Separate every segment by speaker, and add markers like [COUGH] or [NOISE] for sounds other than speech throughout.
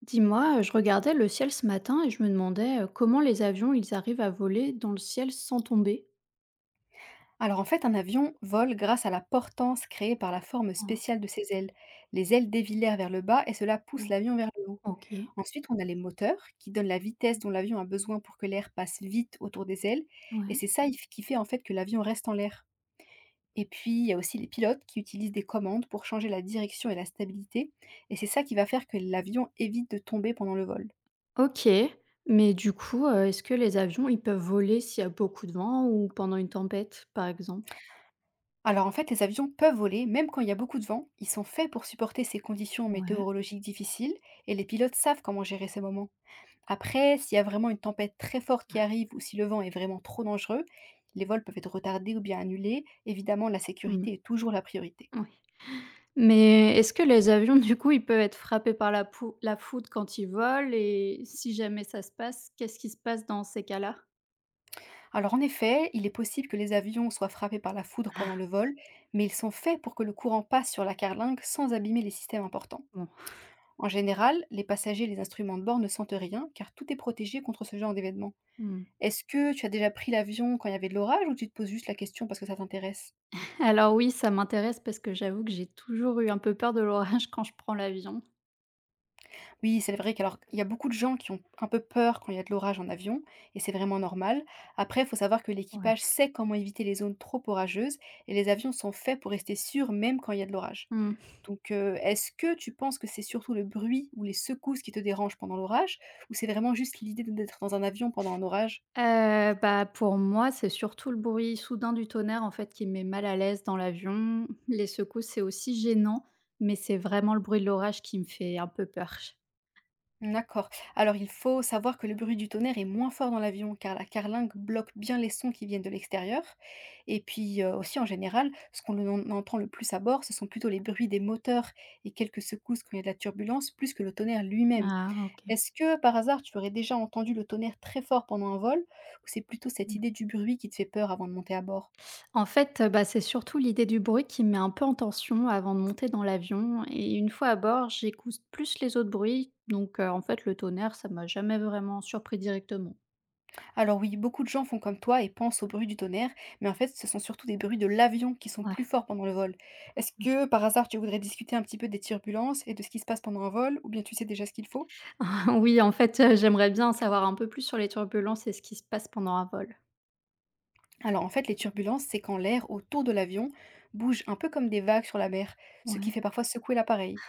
Speaker 1: Dis-moi, je regardais le ciel ce matin et je me demandais comment les avions ils arrivent à voler dans le ciel sans tomber.
Speaker 2: Alors en fait, un avion vole grâce à la portance créée par la forme
Speaker 1: Ah,
Speaker 2: spéciale de ses ailes. Les ailes dévillèrent vers le bas et cela pousse
Speaker 1: oh,
Speaker 2: l'avion vers le haut.
Speaker 1: ok,
Speaker 2: Ensuite, on a les moteurs qui donnent la vitesse dont l'avion a besoin pour que l'air passe vite autour des ailes. Et
Speaker 1: ouais.
Speaker 2: c'est ça qui fait en fait que l'avion reste en l'air. Et puis, il y a aussi les pilotes qui utilisent des commandes pour changer la direction et la stabilité. Et c'est ça qui va faire que l'avion évite de tomber pendant le vol.
Speaker 1: Ok, mais du coup, est-ce que les avions ils peuvent voler s'il y a beaucoup de vent ou pendant une tempête, par exemple?
Speaker 2: Alors en fait, les avions peuvent voler, même quand il y a beaucoup de vent. Ils sont faits pour supporter ces conditions
Speaker 1: Ouais.
Speaker 2: météorologiques difficiles et les pilotes savent comment gérer ces moments. Après, s'il y a vraiment une tempête très forte qui arrive ou si le vent est vraiment trop dangereux, les vols peuvent être retardés ou bien annulés. Évidemment, la
Speaker 1: Hmm,
Speaker 2: sécurité est toujours la priorité.
Speaker 1: ouais. Mais est-ce que les avions, [LAUGHS] du coup, ils peuvent être frappés par la foudre quand ils volent et si jamais ça se passe, qu'est-ce qui se passe dans ces cas-là?
Speaker 2: Alors en effet, il est possible que les avions soient frappés par la foudre pendant le vol, mais ils sont faits pour que le courant passe sur la carlingue sans abîmer les systèmes importants. En général, les passagers et les instruments de bord ne sentent rien car tout est protégé contre ce genre d'événement.
Speaker 1: Bon.
Speaker 2: Est-ce que tu as déjà pris l'avion quand il y avait de l'orage, ou tu te poses juste la question parce que ça t'intéresse?
Speaker 1: Alors oui, ça m'intéresse parce que j'avoue que j'ai toujours eu un peu peur de l'orage [LAUGHS] quand je prends l'avion.
Speaker 2: Oui, c'est vrai qu'alors il y a beaucoup de gens qui ont un peu peur quand il y a de l'orage en avion, et c'est vraiment normal. Après, il faut savoir que
Speaker 1: Ouais.
Speaker 2: l'équipage sait comment éviter les zones trop orageuses, et les avions sont faits pour rester sûrs même quand il y a de l'orage.
Speaker 1: Mmh.
Speaker 2: Donc, est-ce que tu penses que c'est surtout le bruit ou les secousses qui te dérangent pendant l'orage, ou c'est vraiment juste l'idée d'être dans un avion pendant un orage?
Speaker 1: Bah, pour moi, c'est surtout le bruit soudain du tonnerre, en fait, qui me met mal à l'aise dans l'avion. Les secousses, c'est aussi gênant, mais c'est vraiment le bruit de l'orage qui me fait un peu peur.
Speaker 2: D'accord. Alors il faut savoir que le bruit du tonnerre est moins fort dans l'avion, car la carlingue bloque bien les sons qui viennent de l'extérieur. Et puis aussi en général, ce entend le plus à bord, ce sont plutôt les bruits des moteurs et quelques secousses quand il y a de la turbulence, plus que le tonnerre lui-même.
Speaker 1: Ah OK.
Speaker 2: Est-ce que par hasard tu aurais déjà entendu le tonnerre très fort pendant un vol, ou c'est plutôt cette
Speaker 1: Mmh.
Speaker 2: idée du bruit qui te fait peur avant de monter à bord?
Speaker 1: En fait, bah, c'est surtout l'idée du bruit qui me met un peu en tension avant de monter dans l'avion et une fois à bord, j'écoute plus les autres bruits donc en fait, le tonnerre, ça m'a jamais vraiment surpris directement.
Speaker 2: Alors oui, beaucoup de gens font comme toi et pensent au bruit du tonnerre, mais en fait, ce sont surtout des bruits de l'avion qui sont plus
Speaker 1: Ouais.
Speaker 2: forts pendant le vol. Est-ce
Speaker 1: Mmh.
Speaker 2: que par hasard, tu voudrais discuter un petit peu des turbulences et de ce qui se passe pendant un vol, ou bien tu sais déjà ce qu'il faut?
Speaker 1: [LAUGHS] Oui, en fait, j'aimerais bien en savoir un peu plus sur les turbulences et ce qui se passe pendant un vol.
Speaker 2: Alors en fait, les turbulences, c'est quand l'air autour de l'avion bouge un peu comme des vagues sur la mer, ce qui
Speaker 1: Ouais.
Speaker 2: fait parfois secouer l'appareil.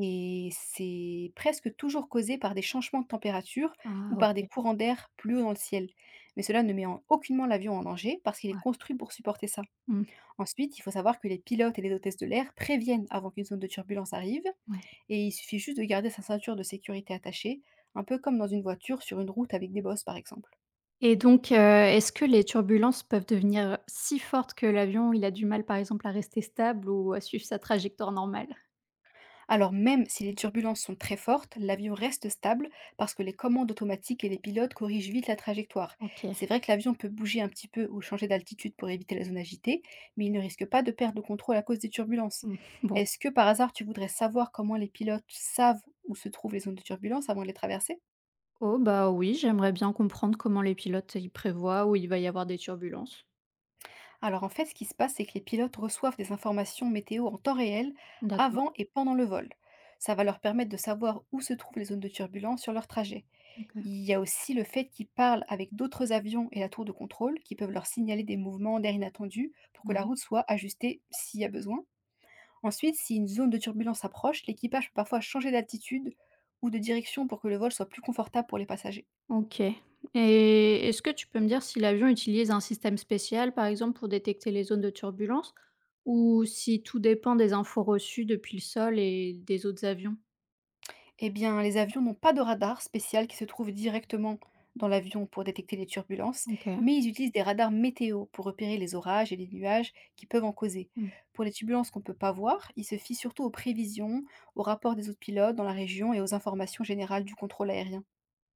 Speaker 2: Et c'est presque toujours causé par des changements de température
Speaker 1: Ah
Speaker 2: ou par
Speaker 1: OK.
Speaker 2: des
Speaker 1: Ouais.
Speaker 2: courants d'air plus haut dans le ciel. Mais cela ne met en aucunement l'avion en danger, parce qu'il est
Speaker 1: Ouais.
Speaker 2: construit pour supporter ça.
Speaker 1: Mmh.
Speaker 2: Ensuite, il faut savoir que les pilotes et les hôtesses de l'air préviennent avant qu'une zone de turbulence arrive,
Speaker 1: Ouais
Speaker 2: et il suffit juste de garder sa ceinture de sécurité attachée, un peu comme dans une voiture sur une route avec des bosses par exemple.
Speaker 1: et donc est-ce que les turbulences peuvent devenir si fortes que l'avion, il a du mal, par exemple, à rester stable ou à suivre sa trajectoire normale?
Speaker 2: Alors même si les turbulences sont très fortes, l'avion reste stable, parce que les commandes automatiques et les pilotes corrigent vite la trajectoire.
Speaker 1: OK.
Speaker 2: C'est vrai que l'avion peut bouger un petit peu ou changer d'altitude pour éviter la zone agitée, mais il ne risque pas de perdre le contrôle à cause des turbulences.
Speaker 1: Mmh. Bon.
Speaker 2: Est-ce que par hasard tu voudrais savoir comment les pilotes savent où se trouvent les zones de turbulence avant de les traverser?
Speaker 1: Oh bah, oui, j'aimerais bien comprendre comment les pilotes, ils prévoient où il va y avoir des turbulences.
Speaker 2: Alors en fait, ce qui se passe, c'est que les pilotes reçoivent des informations météo en temps réel,
Speaker 1: D'accord.
Speaker 2: avant et pendant le vol. Ça va leur permettre de savoir où se trouvent les zones de turbulence sur leur trajet.
Speaker 1: OK.
Speaker 2: Il y a aussi le fait qu'ils parlent avec d'autres avions et la tour de contrôle, qui peuvent leur signaler des mouvements d'air inattendus pour que la
Speaker 1: Ouais.
Speaker 2: route soit ajustée s'il y a besoin. Ensuite, si une zone de turbulence approche, l'équipage peut parfois changer d'altitude ou de direction pour que le vol soit plus confortable pour les passagers.
Speaker 1: OK et est-ce que tu peux me dire si l'avion utilise un système spécial, par exemple, pour détecter les zones de turbulence ou si tout dépend des infos reçues depuis le sol et des autres avions?
Speaker 2: Eh bien, les avions n'ont pas de radar spécial qui se trouve directement dans l'avion pour détecter les turbulences,
Speaker 1: OK.
Speaker 2: mais ils utilisent des radars météo pour repérer les orages et les nuages qui peuvent en causer.
Speaker 1: Mmh.
Speaker 2: Pour les turbulences qu'on ne peut pas voir, ils se fient surtout aux prévisions, aux rapports des autres pilotes dans la région et aux informations générales du contrôle aérien.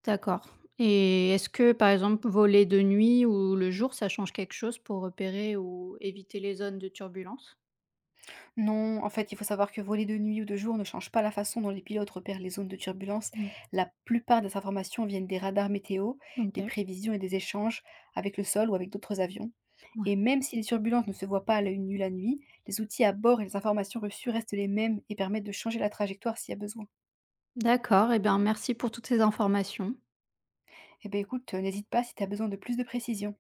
Speaker 1: D'accord et est-ce que, par exemple, voler de nuit ou le jour, ça change quelque chose pour repérer ou éviter les zones de turbulence?
Speaker 2: Non, en fait, il faut savoir que voler de nuit ou de jour ne change pas la façon dont les pilotes repèrent les zones de turbulence.
Speaker 1: Mmh.
Speaker 2: La plupart des informations viennent des radars météo, des
Speaker 1: OK,
Speaker 2: prévisions et des échanges avec le sol ou avec d'autres avions. Et
Speaker 1: ouais.
Speaker 2: même si les turbulences ne se voient pas à l'œil nu la nuit, les outils à bord et les informations reçues restent les mêmes et permettent de changer la trajectoire s'il y a besoin.
Speaker 1: D'accord et bien, merci pour toutes ces informations.
Speaker 2: Eh bien écoute, n'hésite pas si tu as besoin de plus de précision.